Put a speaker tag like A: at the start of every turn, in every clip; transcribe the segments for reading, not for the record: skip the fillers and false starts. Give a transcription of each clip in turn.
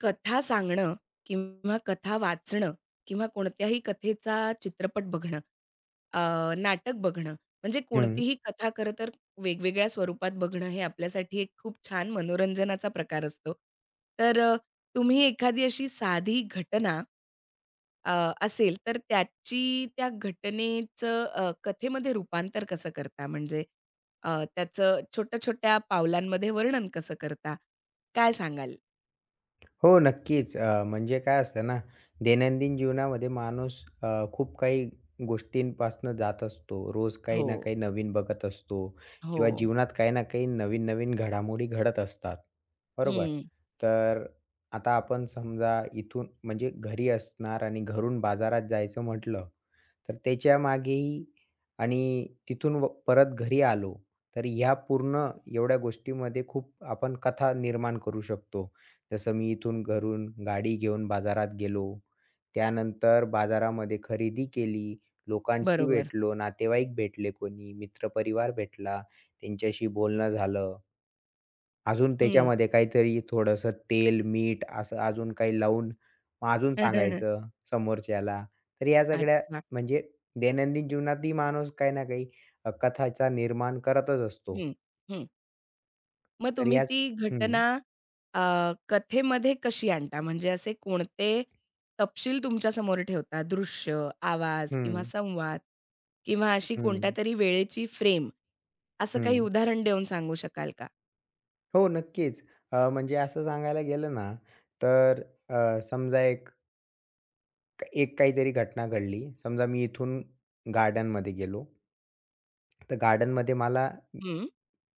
A: कथा सांगणं किंवा कथा वाचणं किंवा कोणत्याही कथेचा चित्रपट बघणं, अ, नाटक बघणं, म्हणजे
B: हं.
A: कोणतीही कथा खरं तर वेगवेगळ्या स्वरूपात बघणं हे आपल्यासाठी एक खूप छान मनोरंजनाचा प्रकार असतो. तर तुम्ही एखादी अशी साधी घटना अ, असेल तर त्याची त्या घटनेचं कथेमध्ये रूपांतर कसं करता? म्हणजे त्याचं छोट्या-छोट्या पावलांमध्ये वर्णन कसं करता? काय सांगाल?
B: हो, नक्कीच. म्हणजे काय असतं ना, दैनंदिन जीवनामध्ये माणूस खूप काही गोष्टींपासनं जात असतो. रोज काही
A: हो,
B: ना काही नवीन बघत असतो
A: हो.
B: किंवा जीवनात काही ना काही नवीन-नवीन घडामोडी घडत असतात, बरोबर?
A: हं,
B: तर आता आपण समजा इथून म्हणजे घरी असणार आणि घरून बाजारात जायचं म्हटलं, तर त्याच्यामागेही आणि तिथून व परत घरी आलो, तर ह्या पूर्ण एवढ्या गोष्टीमध्ये खूप आपण कथा निर्माण करू शकतो. जसं मी इथून घरून गाडी घेऊन बाजारात गेलो. त्यानंतर बाजारामध्ये खरेदी केली. लोकांशी
A: बरोबर.
B: भेटलो, नातेवाईक भेटले कोणी, मित्रपरिवार भेटला, त्यांच्याशी बोलणं झालं. अजून
A: हं.
B: त्याच्यामध्ये काहीतरी थोडंसं तेल, मीठ असं अजून काही लावून मग अजून सांगायचं समोरच्याला. तर या सगळ्या
A: अच्छा.
B: म्हणजे दैनंदिन जीवनातही माणूस काही ना काही कथाचा निर्माण करतच असतो.
A: हं, हं. मग
B: तर
A: तुम्ही
B: याच
A: ती
B: हं,
A: घटना अ, कथेमध्ये कशी आणता? म्हणजे असे कोणते तपशील तुमच्यासमोर ठेवता? दृश्य, आवाज किंवा
B: हं,
A: संवाद किंवा अशी
B: हं,
A: कोणत्या तरी वेळेची फ्रेम असं काही
B: हं.
A: उदाहरण देऊन सांगू शकाल का?
B: हो, नक्कीच. म्हणजे असं सांगायला गेलं ना, तर समजा एक एक काहीतरी घटना घडली. समजा मी इथून गार्डनमध्ये गेलो. तर गार्डनमध्ये मला
A: हं,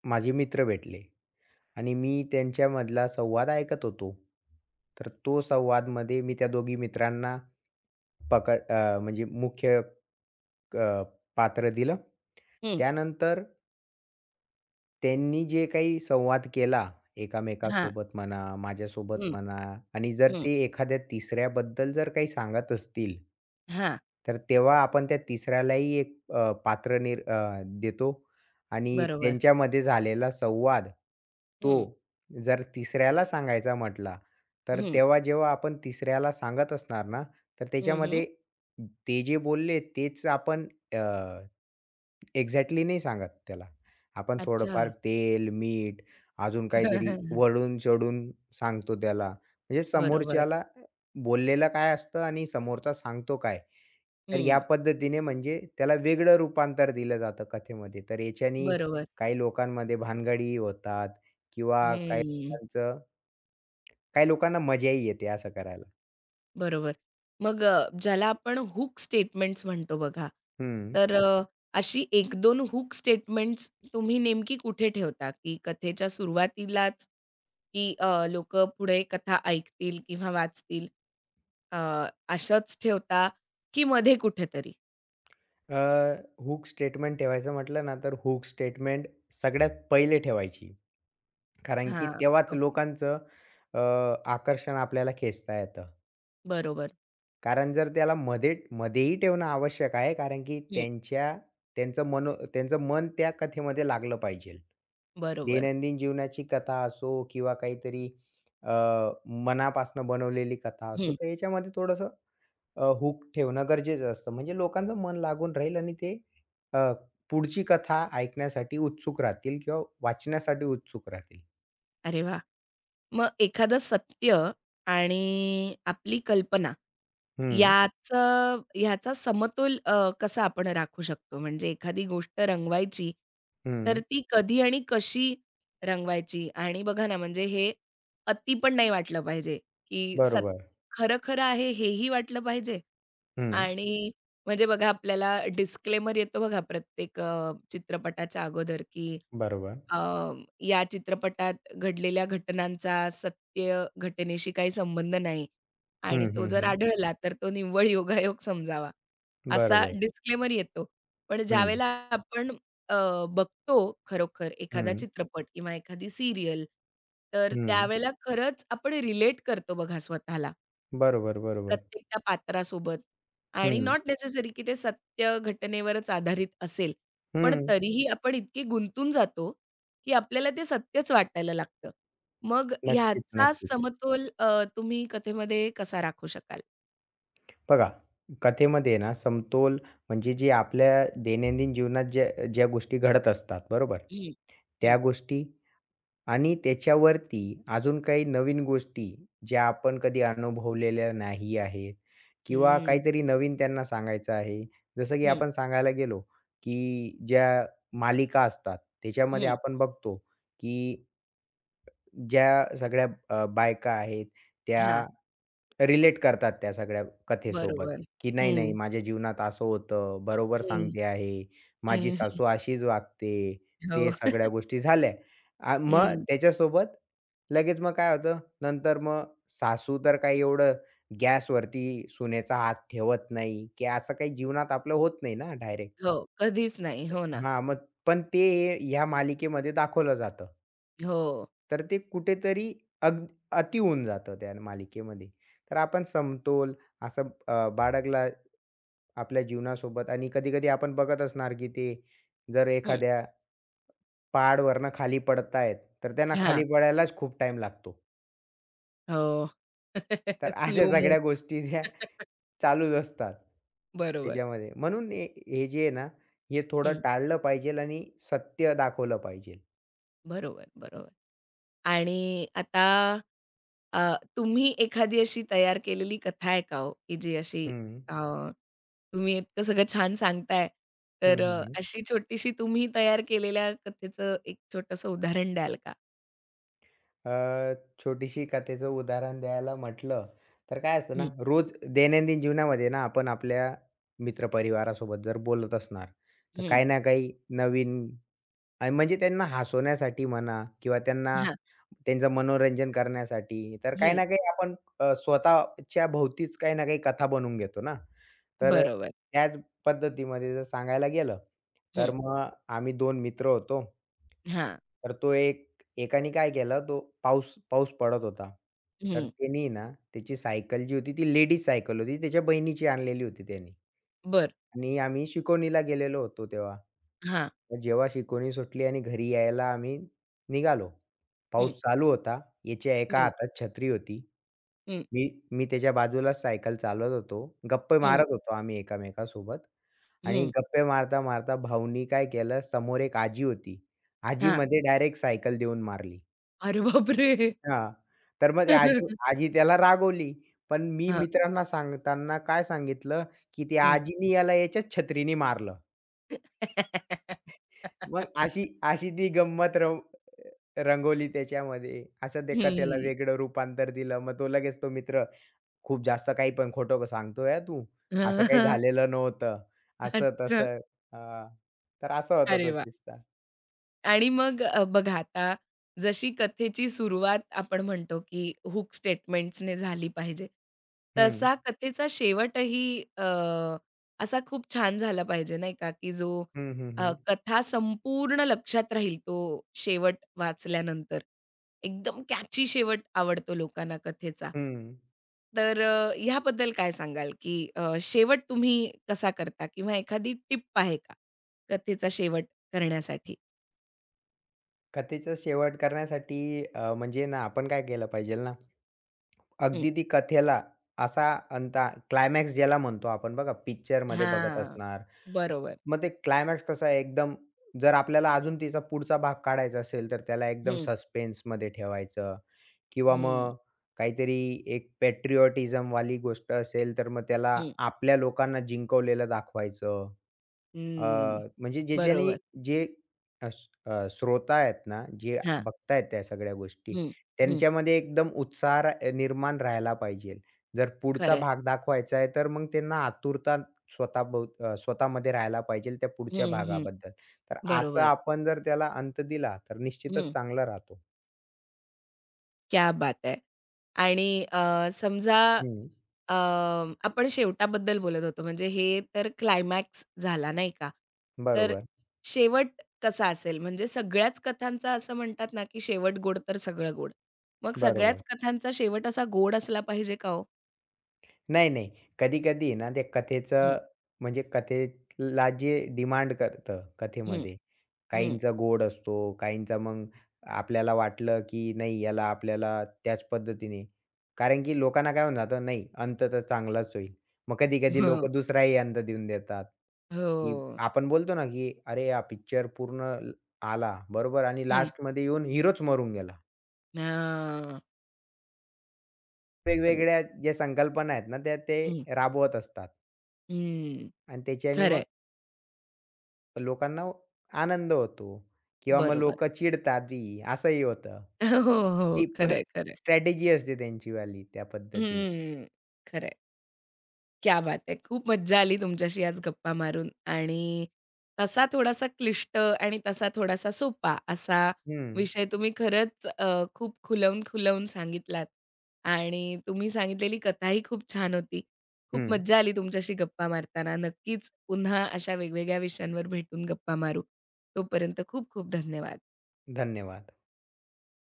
B: माझे मित्र भेटले आणि मी त्यांच्यामधला संवाद ऐकत होतो. तर तो संवादमध्ये मी त्या दोघी मित्रांना म्हणजे मुख्य अ, पात्र दिलं.
A: हं.
B: त्यानंतर त्यांनी जे काही संवाद केला
A: हां.
B: एकामेकासोबत म्हणा, माझ्यासोबत
A: हं,
B: म्हणा आणि जर
A: हं.
B: ते एखाद्या तिसऱ्याबद्दल जर काही सांगत असतील,
A: हां,
B: तर तेव्हा आपण त्या तिसऱ्यालाही एक पात्र देतो आणि
A: बरोबर.
B: त्यांच्यामध्ये झालेला संवाद, तो
A: हं,
B: जर तिसऱ्याला सांगायचा म्हटला, तर
A: हं.
B: तेव्हा जेव्हा आपण तिसऱ्याला सांगत असणार ना, तर
A: हं, हं.
B: त्याच्यामध्ये ते जे बोलले तेच आपण अ एक्झॅक्टली नाही सांगत त्याला. आपण
A: अच्छा.
B: थोडंफार तेल, मीठ, अजून काहीतरी वळून-चढून सांगतो त्याला. म्हणजे
A: बरोबर.
B: समोरच्याला बोललेलं काय असतं आणि समोरचा सांगतो काय. तर या
A: हं,
B: पद्धतीने म्हणजे त्याला वेगळं रूपांतर दिलं जातं कथेमध्ये. तर याच्यानी
A: बरोबर.
B: काही लोकांमध्ये भानगडी होतात किंवा
A: हं.
B: काही लोकांना मजाही येते असं करायला.
A: बरोबर. मग ज्याला आपण हूक स्टेटमेंट्स म्हणतो बघा,
B: हं.
A: तर अशी एक दोन हुक स्टेटमेंट्स तुम्ही नेमकी कुठे ठेवता? की कथेच्या सुरुवातीलाच, की लोकं पुढे कथा ऐकतील किंवा वाचतील? अ, असंच ठेवता, की मध्ये कुठेतरी?
B: हुक स्टेटमेंट ठेवायचं म्हटलं ना, तर हुक स्टेटमेंट सगळ्यात पहिले ठेवायची. कारण की
A: हां,
B: तेव्हाच
A: ओके.
B: लोकांचं अ, आकर्षण आपल्याला खेचता येतं.
A: बरोबर.
B: कारण जर त्याला मध्ये मध्येही ठेवणं आवश्यक आहे, कारण की
A: हं,
B: त्यांचं मनो त्यांचं मन त्या कथेमध्ये लागलं पाहिजे.
A: बरोबर.
B: दैनंदिन जीवनाची कथा असो किंवा काहीतरी अ, मनापासून बनवलेली कथा असो, तर याच्यामध्ये थोडंसं हूक ठेवणं गरजेचं असतं. म्हणजे लोकांचं मन लागून राहील आणि ते अ, पुढची कथा ऐकण्यासाठी उत्सुक राहतील किंवा वाचण्यासाठी उत्सुक राहतील.
A: अरे वा, मग एखादं सत्य आणि आपली कल्पना हं.
B: हं,
A: ह्याचा समतोल कसा आपण राखू शकतो? म्हणजे एखादी गोष्ट रंगवायची, तर
B: हं.
A: ती कधी आणि कशी रंगवायची? आणि बघा ना, म्हणजे हे अति पण नाही वाटलं पाहिजे, की
B: बरोबर.
A: खरं-खरं आहे हेही वाटलं पाहिजे
B: हं.
A: आणि म्हणजे बघा आपल्याला डिस्क्लेमर येतो बघा प्रत्येक चित्रपटाच्या अगोदर, की
B: बरोबर.
A: अ, या चित्रपटात घडलेल्या घटनांचा सत्य घटनेशी काही संबंध नाही आणि
B: हं,
A: तो
B: हं,
A: जर
B: हं.
A: आढळला तर तो निव्वळ योगायोग समजावा, असा
B: बरोबर.
A: डिस्क्लेमर येतो. पण
B: हं,
A: ज्यावेळेला आपण अ, बघतो खरोखर एखादा
B: हं,
A: चित्रपट किंवा एखादी सीरियल, तर
B: हं.
A: त्यावेळेला खरंच आपण रिलेट करतो बघा स्वतःला.
B: बरोबर, बरोबर.
A: प्रत्येक त्या पात्रासोबत आणि
B: हं,
A: नॉट नेसेसरी की ते सत्य घटनेवरच आधारित असेल. पण
B: हं.
A: तरीही आपण इतके गुंतून जातो, की आपल्याला ते सत्यच वाटायला लागतं. मग
B: नक्कीच,
A: ह्याचा
B: नक्कीच.
A: समतोल तुम्ही कथेमध्ये कसा राखू शकाल?
B: बघा, कथेमध्ये ना समतोल म्हणजे जे आपल्या दैनंदिन जीवनात ज्या ज्या गोष्टी घडत असतात, बरोबर?
A: हं, हं,
B: त्या गोष्टी आणि त्याच्यावरती अजून काही नवीन गोष्टी ज्या आपण कधी अनुभवलेल्या नाही आहेत किंवा
A: हं,
B: काहीतरी नवीन त्यांना सांगायचं आहे. जसं की
A: हं,
B: आपण सांगायला गेलो, की ज्या मालिका असतात त्याच्यामध्ये
A: हं.
B: आपण बघतो, की ज्या सगळ्या बायका आहेत
A: हां,
B: त्या रिलेट करतात त्या सगळ्या कथेसोबत,
A: बरोबर.
B: की नाही, नाही
A: हं,
B: माझ्या जीवनात असं होतं, बरोबर
A: हं,
B: सांगते आहे, माझी
A: हं.
B: सासू अशीच वागते,
A: हो.
B: ते सगळ्या गोष्टी झाल्या. मग
A: हं.
B: त्याच्यासोबत लगेच मग काय होतं, नंतर मग सासू तर काही एवढं गॅसवरती सुनेचा हात ठेवत नाही, की असं काही जीवनात आपलं होत नाही ना डायरेक्ट.
A: हो, कधीच नाही. हो ना.
B: हां, मग पण ते ह्या मालिकेमध्ये दाखवलं जातं.
A: हो.
B: तर ते कुठेतरी अग अति होऊन जातं त्या मालिकेमध्ये. तर आपण समतोल असा बाळगला आपल्या जीवनासोबत आणि कधी-कधी आपण बघत असणार, की ते जर
A: हं.
B: एखाद्या पहाडावरनं खाली पडतायत, तर त्यांना
A: हां.
B: खाली पडायलाच खूप टाईम लागतो.
A: हो.
B: तर अशा
A: स्लो मो.
B: सगळ्या गोष्टी त्या चालूच असतात
A: बरोबर.
B: त्याच्यामध्ये. म्हणून हे हे जे आहे ना, हे थोडं
A: हं.
B: टाळलं पाहिजे आणि सत्य दाखवलं पाहिजे.
A: बरोबर, बरोबर. आणि आता अ, तुम्ही एखादी अशी तयार केलेली कथा आहे का हो, की जी अशी
B: हं.
A: अ, तुम्ही इतकं सगळं छान सांगताय,
B: हं,
A: तर
B: हं, हं.
A: अशी छोटीशी तुम्ही तयार केलेल्या कथेचं एक छोटंसं उदाहरण द्याल का?
B: अ, छोटीशी कथेचं उदाहरण द्यायला म्हटलं, तर काय असतं ना,
A: हं,
B: रोज दैनंदिन जीवनामध्ये ना आपण आपल्या मित्रपरिवारासोबत जर बोलत असणार, तर
A: हं.
B: काही ना काही नवीन आणि म्हणजे त्यांना हसवण्यासाठी म्हणा किंवा त्यांना
A: हां.
B: त्यांचं मनोरंजन करण्यासाठी, तर काही
A: हं.
B: ना काही आपण स्वतःच्या भोवतीच काही ना काही कथा बनवून घेतो ना. तर
A: बरोबर.
B: त्याच पद्धतीमध्ये जर सांगायला गेलं, तर
A: हं.
B: मग आम्ही 2 मित्र होतो.
A: हां.
B: तर तो एकाने काय केलं, तो पाऊस पाऊस पडत होता. तर
A: हं.
B: त्यानी ना, त्याची सायकल जी होती, ती लेडीज सायकल होती. त्याच्या बहिणीची आणलेली होती त्यानी.
A: बरं.
B: आणि आम्ही शिकवणीला गेलेलो होतो तेव्हा.
A: हां.
B: मग जेव्हा शिकवणी सुटली आणि घरी यायला आम्ही निघालो.
A: हं,
B: पाऊस चालू होता. याच्या एका
A: हं,
B: हातात छत्री होती.
A: हं,
B: मी मी त्याच्या बाजूलाच सायकल चालवत होतो. गप्पे
A: हं,
B: मारत होतो आम्ही एकमेकांसोबत आणि
A: हं.
B: गप्पे मारता-मारता भाऊनी काय केलं, समोर एक आजी होती. आजी
A: हां.
B: मध्ये डायरेक्ट सायकल देऊन मारली.
A: अरे बापरे!
B: हां. तर मग ते आजी आजी त्याला रागवली. पण मी
A: हां.
B: मित्रांना सांगताना काय सांगितलं, की "त्या
A: हं.
B: आजीनी याला याच्याच छत्रीनी मारलं." मग अशी अशी ती गंमत रंगवली त्याच्यामध्ये. असं ते का त्याला
A: हं.
B: वेगळं रूपांतर दिलं. मग तो लगेच तो मित्र, "खूप जास्त काही पण खोटं सांगतोय हां तू. असं काही
A: अ,
B: झालेलं नव्हतं." असं
A: अच्छा.
B: तसं. हां. तर असा होता
A: अरे
B: तो
A: वाह!
B: किस्सा.
A: आणि मग बघा आता जशी कथेची सुरुवात आपण म्हणतो, की हुक स्टेटमेंट्सने झाली पाहिजे.
B: हं.
A: तसा कथेचा शेवटही असा खूप छान झाला पाहिजे नाही का, की जो
B: हं, हं, हं.
A: कथा संपूर्ण लक्षात राहील तो शेवट वाचल्यानंतर. एकदम कॅची शेवट आवडतो लोकांना कथेचा.
B: हं.
A: तर ह्याबद्दल काय सांगाल, की शेवट तुम्ही कसा करता किंवा एखादी टिप आहे का कथेचा शेवट करण्यासाठी?
B: कथेचा शेवट करण्यासाठी म्हणजे ना आपण काय केलं पाहिजे ना, अगदी ती कथेला असा क्लायमॅक्स ज्याला म्हणतो आपण बघा पिक्चरमध्ये बघत
A: हां,
B: असणार.
A: बरोबर.
B: मग ते क्लायमॅक्स कसं आहे एकदम जर आपल्याला अजून तिचा पुढचा भाग काढायचा असेल, तर त्याला एकदम
A: हं,
B: सस्पेन्समध्ये ठेवायचं किंवा
A: हं,
B: मग काहीतरी एक पॅट्रिऑटिझमवाली गोष्ट असेल, तर मग त्याला
A: हं,
B: आपल्या लोकांना जिंकवलेलं दाखवायचं. अ,
A: हं,
B: म्हणजे ज्याच्याने
A: बरोबर.
B: जे श्रोता आहेत ना, जे
A: हां,
B: बघतायत त्या सगळ्या गोष्टी,
A: हं, हं,
B: त्यांच्यामध्ये एकदम उत्साह निर्माण राहायला पाहिजे. जर पुढचा
A: खरं आहे.
B: भाग दाखवायचा आहे, तर मग त्यांना आतुरता स्वतःमध्ये राहायला पाहिजे त्या पुढच्या
A: हं, हं,
B: भागाबद्दल. तर असं
A: बरोबर.
B: आपण जर त्याला अंत दिला, तर निश्चितच
A: हं,
B: चांगला राहतो.
A: क्या बात है! आणि समजा
B: हं.
A: अ, आपण शेवटाबद्दल बोलत होतो, म्हणजे हे तर क्लायमॅक्स झाला नाही का? तर
B: बरोबर,
A: शेवट कसा असेल? म्हणजे सगळ्याच कथांचा असं म्हणतात ना, की शेवट गोड तर सगळं गोड. मग सगळ्याच
B: बरोबर.
A: कथांचा शेवट असा गोड असला पाहिजे का हो?
B: नाही, नाही. कधी-कधी ना ते
A: हं,
B: कथेचं म्हणजे कथेला जे डिमांड करतं
A: हं,
B: कथेमध्ये.
A: हं,
B: काहींचा गोड असतो, काहींचा मग आपल्याला वाटलं, की नाही याला आपल्याला त्याच पद्धतीने कारण की लोकांना काय होऊन जातं, नाही अंत तर चांगलाच होईल. मग कधी-कधी
A: हो.
B: लोकं दुसराही अंत देऊन देतात, की
A: हो.
B: आपण बोलतो ना, की "अरे, हा पिक्चर पूर्ण आला, बरोबर आणि
A: हं.
B: लास्टमध्ये येऊन हिरोच मरून गेला."
A: हां. बरोबर.
B: वेगवेगळ्या ज्या संकल्पना आहेत ना, त्या ते
A: हं,
B: राबवत असतात
A: हं.
B: आणि त्याच्याने मग
A: खरं
B: लोकांना आनंद होतो किंवा मग
A: बरोबर.
B: लोकं चिडतातही असंही होतं.
A: हो, हो.
B: ती
A: खरं आहे,
B: स्ट्रॅटेजी असते त्यांचीवाली त्या पद्धतीने.
A: हं. खरं क्या बात है! खूप मज्जा आली तुमच्याशी आज गप्पा मारून आणि तसा थोडासा क्लिष्ट आणि तसा थोडासा सोपा असा
B: हं,
A: विषय तुम्ही खरंच खूप खुलवून-खुलवून सांगितलात आणि तुम्ही सांगितलेली कथाही खूप छान होती. खूप
B: हं.
A: मज्जा आली तुमच्याशी गप्पा मारताना. नक्कीच पुन्हा अशा वेगवेगळ्या विषयांवर भेटून गप्पा मारू. तोपर्यंत खूप खूप धन्यवाद.
B: धन्यवाद.